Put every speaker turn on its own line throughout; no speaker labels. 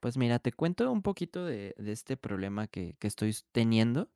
Pues mira, te cuento un poquito de este problema que estoy teniendo.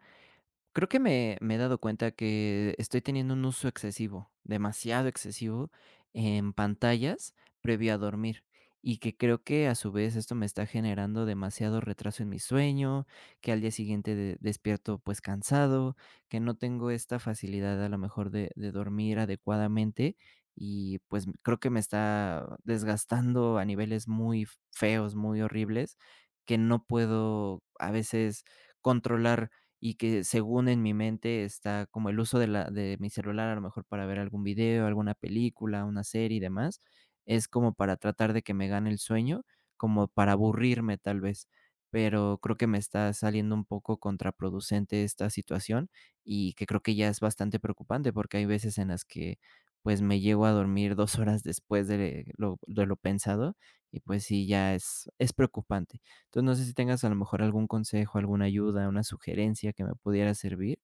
Creo que me he dado cuenta que estoy teniendo un uso excesivo, demasiado excesivo, en pantallas previo a dormir, y que creo que a su vez esto me está generando demasiado retraso en mi sueño, que al día siguiente de despierto, pues, cansado, que no tengo esta facilidad a lo mejor de dormir adecuadamente y, pues, creo que me está desgastando a niveles muy feos, muy horribles, que no puedo a veces controlar y que según en mi mente está como el uso de mi celular, a lo mejor para ver algún video, alguna película, una serie y demás, es como para tratar de que me gane el sueño, como para aburrirme tal vez, pero creo que me está saliendo un poco contraproducente esta situación y que creo que ya es bastante preocupante, porque hay veces en las que, pues, me llego a dormir 2 horas después de lo pensado y, pues sí, ya es preocupante. Entonces, no sé si tengas a lo mejor algún consejo, alguna ayuda, una sugerencia que me pudiera servir,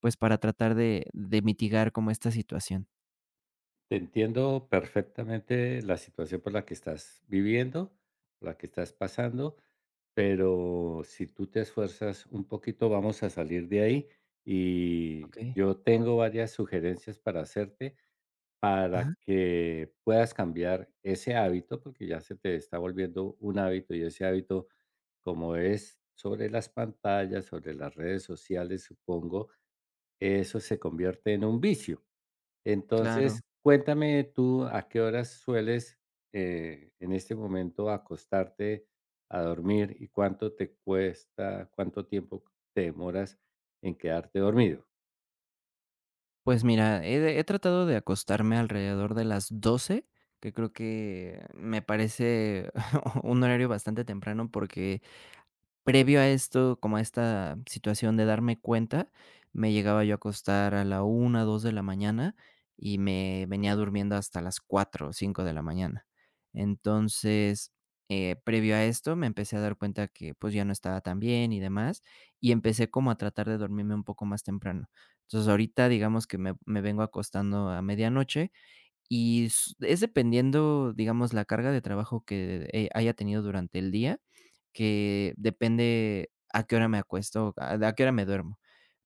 pues, para tratar de mitigar como esta situación.
Te entiendo perfectamente la situación por la que estás viviendo, por la que estás pasando, pero si tú te esfuerzas un poquito, vamos a salir de ahí y
Okey.
yo tengo varias sugerencias para hacerte
Ajá.
para que puedas cambiar ese hábito, porque ya se te está volviendo un hábito y ese hábito, como es sobre las pantallas, sobre las redes sociales, supongo, eso se convierte en un vicio.
Claro.
Entonces, cuéntame tú a qué horas sueles, en este momento acostarte a dormir y cuánto te cuesta, cuánto tiempo te demoras en quedarte dormido.
Pues mira, he tratado de acostarme alrededor de las 12, que creo que me parece un horario bastante temprano porque previo a esto, como a esta situación de darme cuenta, me llegaba yo a acostar a la 1, 2 de la mañana y me venía durmiendo hasta las 4, o 5 de la mañana. Entonces, previo a esto, me empecé a dar cuenta que, pues, ya no estaba tan bien y demás, y empecé como a tratar de dormirme un poco más temprano. Entonces, ahorita digamos que me vengo acostando a medianoche y s es dependiendo, digamos, la carga de trabajo que, haya tenido durante el día, que depende a qué hora me acuesto, a qué hora me duermo.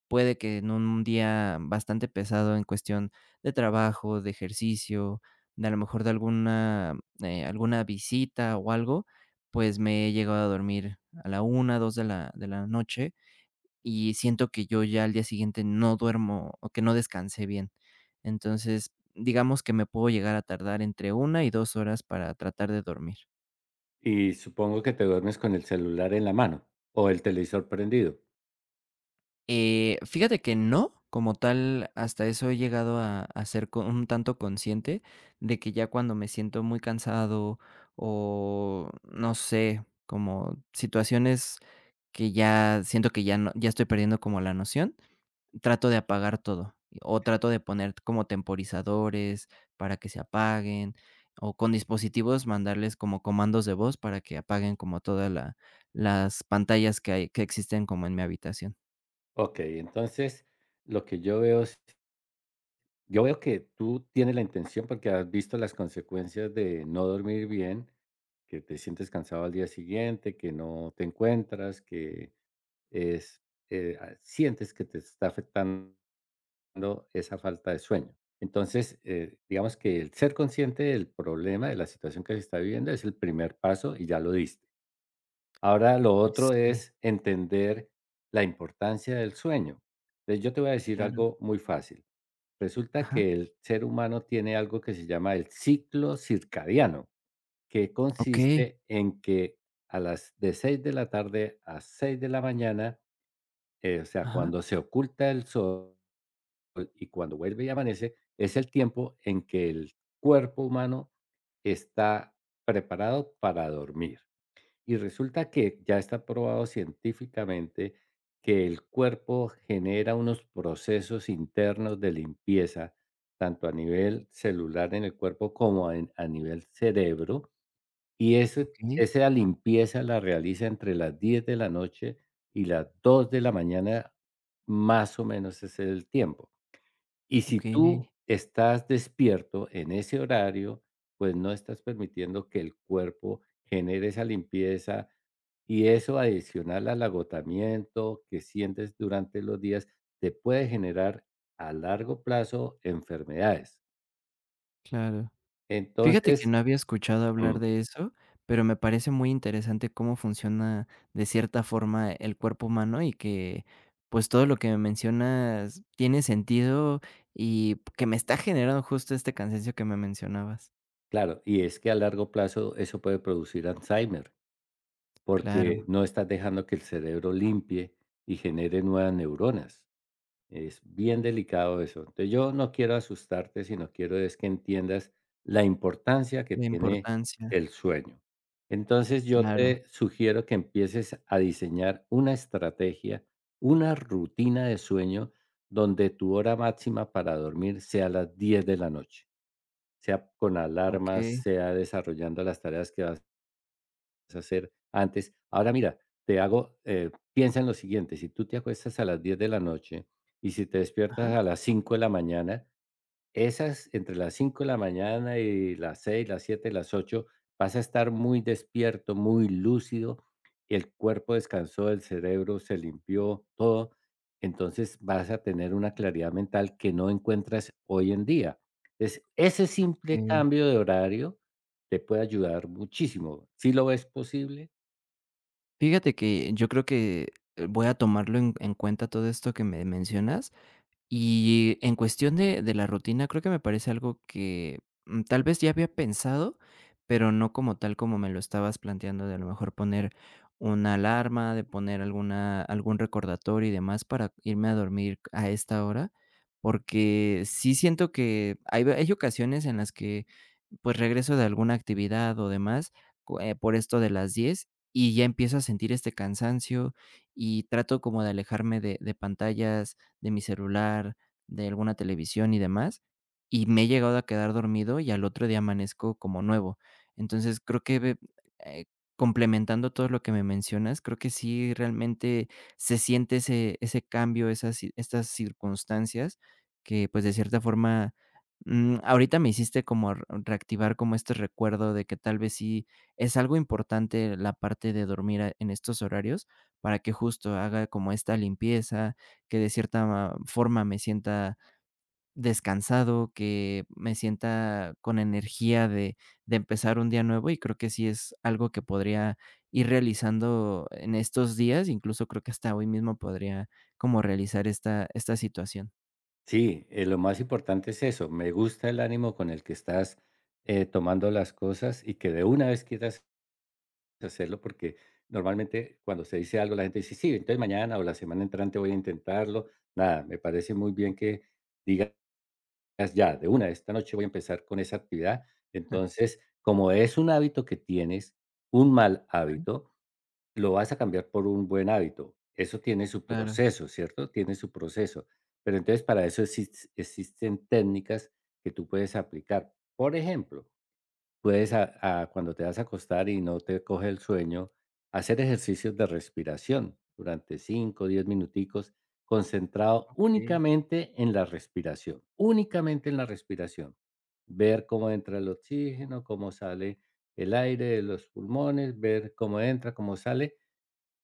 Puede que en un día bastante pesado en cuestión de trabajo, de ejercicio, de a lo mejor de alguna visita o algo, pues me he llegado a dormir a la 1 2 de la noche, y siento que yo ya al día siguiente no duermo o que no descansé bien. Entonces, digamos que me puedo llegar a tardar entre 1 y 2 horas para tratar de dormir.
Y supongo que te duermes con el celular en la mano o el televisor prendido.
Fíjate que no, como tal, hasta eso he llegado a ser co un tanto consciente de que ya cuando me siento muy cansado o no sé, como situaciones que ya siento que ya no ya estoy perdiendo como la noción, trato de apagar todo, o trato de poner como temporizadores para que se apaguen, o con dispositivos mandarles como comandos de voz para que apaguen como todas la las pantallas que existen como en mi habitación.
Ok, entonces lo que yo veo es, yo veo que tú tienes la intención porque has visto las consecuencias de no dormir bien, que te sientes cansado al día siguiente, que no te encuentras, es, sientes que te está afectando esa falta de sueño. Entonces, digamos que el ser consciente del problema, de la situación que se está viviendo, es el primer paso y ya lo diste. Ahora lo otro
Sí,
es entender la importancia del sueño. Entonces, yo te voy a decir
claro.
algo muy fácil. Resulta
Ajá.
que el ser humano tiene algo que se llama el ciclo circadiano, que
Okey.
consiste en que a las de 6 de la tarde a 6 de la mañana o sea,
Ajá.
cuando se oculta el sol y cuando vuelve y amanece, es el tiempo en que el cuerpo humano está preparado para dormir. Y resulta que ya está probado científicamente que el cuerpo genera unos procesos internos de limpieza, tanto a nivel celular en el cuerpo como a nivel cerebro, y ese
Okey,
esa limpieza la realiza entre las 10 de la noche y las 2 de la mañana, más o menos ese es el tiempo. Y si tú
okey.
estás despierto en ese horario, pues no estás permitiendo que el cuerpo genere esa limpieza y eso adicional al agotamiento que sientes durante los días, te puede generar a largo plazo enfermedades.
Claro. Fíjate que
Entonces.
no había escuchado hablar
mm,
de eso, pero me parece muy interesante cómo funciona de cierta forma el cuerpo humano y que, pues, todo lo que me mencionas tiene sentido y que me está generando justo este cansancio que me mencionabas.
Claro, y es que a largo plazo eso puede producir Alzheimer, porque
Claro,
no estás dejando que el cerebro limpie y genere nuevas neuronas. Es bien delicado eso. Entonces, yo no quiero asustarte, sino quiero es que entiendas la importancia que
la
tiene
importancia,
el sueño. Entonces, yo
claro,
te sugiero que empieces a diseñar una estrategia, una rutina de sueño donde tu hora máxima para dormir sea a las 10 de la noche. Sea con alarmas,
okey,
sea desarrollando las tareas que vas a hacer antes. Ahora mira, piensa en lo siguiente, si tú te acuestas a las 10 de la noche y si te
ajá,
despiertas a las 5 de la mañana, esas entre las 5 de la mañana y las 6, las 7, las 8, vas a estar muy despierto, muy lúcido, el cuerpo descansó, el cerebro se limpió, todo. Entonces, vas a tener una claridad mental que no encuentras hoy en día. Es ese simple
okey.
cambio de horario te puede ayudar muchísimo. ¿Si lo ves posible?
Fíjate que yo creo que voy a tomarlo en cuenta todo esto que me mencionas. Y en cuestión de la rutina, creo que me parece algo que, tal vez ya había pensado, pero no como tal como me lo estabas planteando, de a lo mejor poner una alarma, de poner alguna algún recordatorio y demás para irme a dormir a esta hora, porque sí siento que hay ocasiones en las que pues, regreso de alguna actividad o demás, cu por esto de las 10 y ya empiezo a sentir este cansancio, y trato como de alejarme de pantallas, de mi celular, de alguna televisión y demás, y me he llegado a quedar dormido, y al otro día amanezco como nuevo. Entonces, creo que ve eh, complementando todo lo que me mencionas, creo que sí realmente se siente ese cambio, esas ci estas circunstancias que, pues, de cierta forma ahorita me hiciste como r reactivar como este recuerdo de que tal vez sí es algo importante la parte de dormir a en estos horarios para que justo haga como esta limpieza, que de cierta forma me sienta descansado, que me sienta con energía de empezar un día nuevo, y creo que sí es algo que podría ir realizando en estos días, incluso creo que hasta hoy mismo podría como realizar esta situación.
Sí, lo más importante es eso. Me gusta el ánimo con el que estás, tomando las cosas y que de una vez quieras hacerlo porque normalmente cuando se dice algo, la gente dice: "Sí, entonces mañana o la semana entrante voy a intentarlo". Nada, me parece muy bien que digas: "Ya, de una, esta noche voy a empezar con esa actividad". Entonces, como es un hábito que tienes, un mal hábito, lo vas a cambiar por un buen hábito. Eso tiene su
Claro,
proceso, ¿cierto? Tiene su proceso. Pero entonces para eso existen técnicas que tú puedes aplicar. Por ejemplo, puedes, cuando te vas a acostar y no te coge el sueño, hacer ejercicios de respiración durante 5 o 10 minuticos, concentrado
okey.
únicamente en la respiración, únicamente en la respiración. Ver cómo entra el oxígeno, cómo sale el aire de los pulmones, ver cómo entra, cómo sale.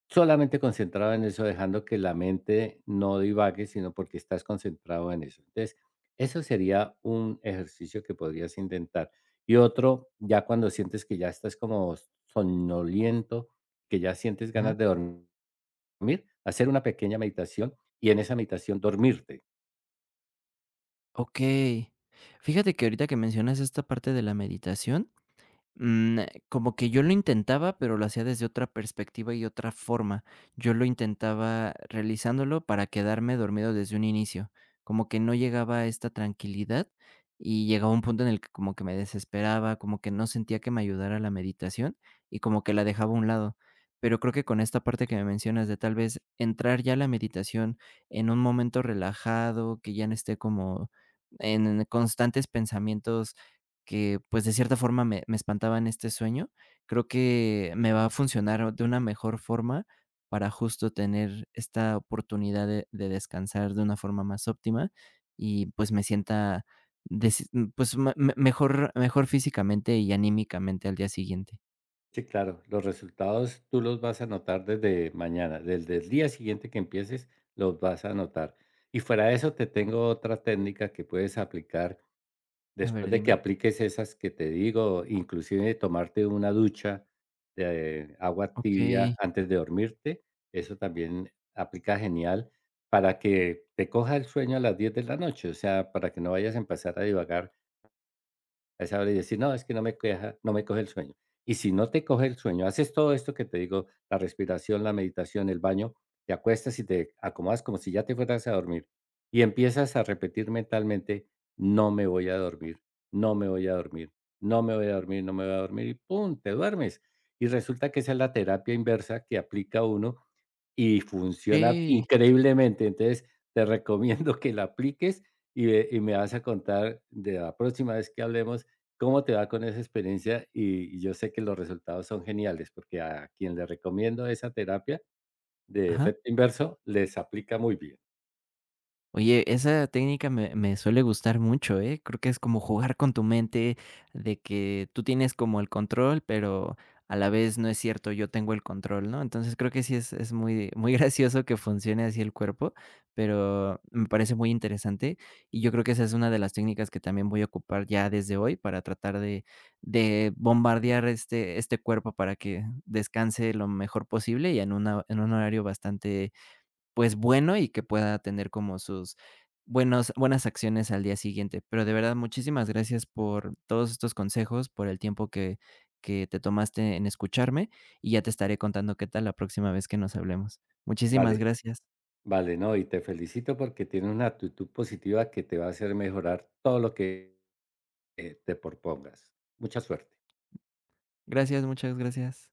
Solamente concentrado en eso, dejando que la mente no divague, sino porque estás concentrado en eso. Entonces, eso sería un ejercicio que podrías intentar. Y otro, ya cuando sientes que ya estás como somnoliento, que ya sientes
Ajá.
ganas de dormir, hacer una pequeña meditación y en esa meditación dormirte.
Okey. Fíjate que ahorita que mencionas esta parte de la meditación, Mm, como que yo lo intentaba, pero lo hacía desde otra perspectiva y otra forma. Yo lo intentaba realizándolo para quedarme dormido desde un inicio. Como que no llegaba a esta tranquilidad y llegaba un punto en el que como que me desesperaba, como que no sentía que me ayudara la meditación y como que la dejaba a un lado. Pero creo que con esta parte que me mencionas de tal vez entrar ya a la meditación en un momento relajado, que ya no esté como en constantes pensamientos que, pues, de cierta forma me espantaba en este sueño, creo que me va a funcionar de una mejor forma para justo tener esta oportunidad de descansar de una forma más óptima y, pues, me sienta pues, me mejor físicamente y anímicamente al día siguiente.
Sí, claro, los resultados tú los vas a notar desde mañana, desde el día siguiente que empieces, los vas a notar. Y fuera de eso, te tengo otra técnica que puedes aplicar
A
después
ver,
de que
dime.
apliques esas que te digo, inclusive tomarte una ducha de agua tibia
Okey,
antes de dormirte, eso también aplica genial para que te coja el sueño a las 10 de la noche, o sea, para que no vayas a empezar a divagar a esa hora y decir: "No, es que no me coge el sueño". Y si no te coge el sueño, haces todo esto que te digo, la respiración, la meditación, el baño, te acuestas y te acomodas como si ya te fueras a dormir, y empiezas a repetir mentalmente: "No me voy a dormir, no me voy a dormir, no me voy a dormir, no me voy a dormir", y pum, te duermes. Y resulta que esa es la terapia inversa que aplica uno y funciona
okey.
increíblemente. Entonces, te recomiendo que la apliques y ve y me vas a contar de la próxima vez que hablemos cómo te va con esa experiencia, y yo sé que los resultados son geniales, porque a quien le recomiendo esa terapia de
Ajá.
efecto inverso les aplica muy bien.
Oye, esa técnica me suele gustar mucho, ¿eh? Creo que es como jugar con tu mente, de que tú tienes como el control, pero a la vez no es cierto, yo tengo el control, ¿no? Entonces creo que sí es muy muy gracioso que funcione así el cuerpo, pero me parece muy interesante, y yo creo que esa es una de las técnicas que también voy a ocupar ya desde hoy para tratar de bombardear este cuerpo para que descanse lo mejor posible y en un horario bastante pues, bueno y que pueda tener como sus buenos buenas acciones al día siguiente. Pero de verdad, muchísimas gracias por todos estos consejos, por el tiempo que te tomaste en escucharme, y ya te estaré contando qué tal la próxima vez que nos hablemos. Muchísimas
Vale,
gracias.
vale, no, y te felicito porque tienes una actitud positiva que te va a hacer mejorar todo lo que, te propongas. Mucha suerte.
Gracias, muchas gracias.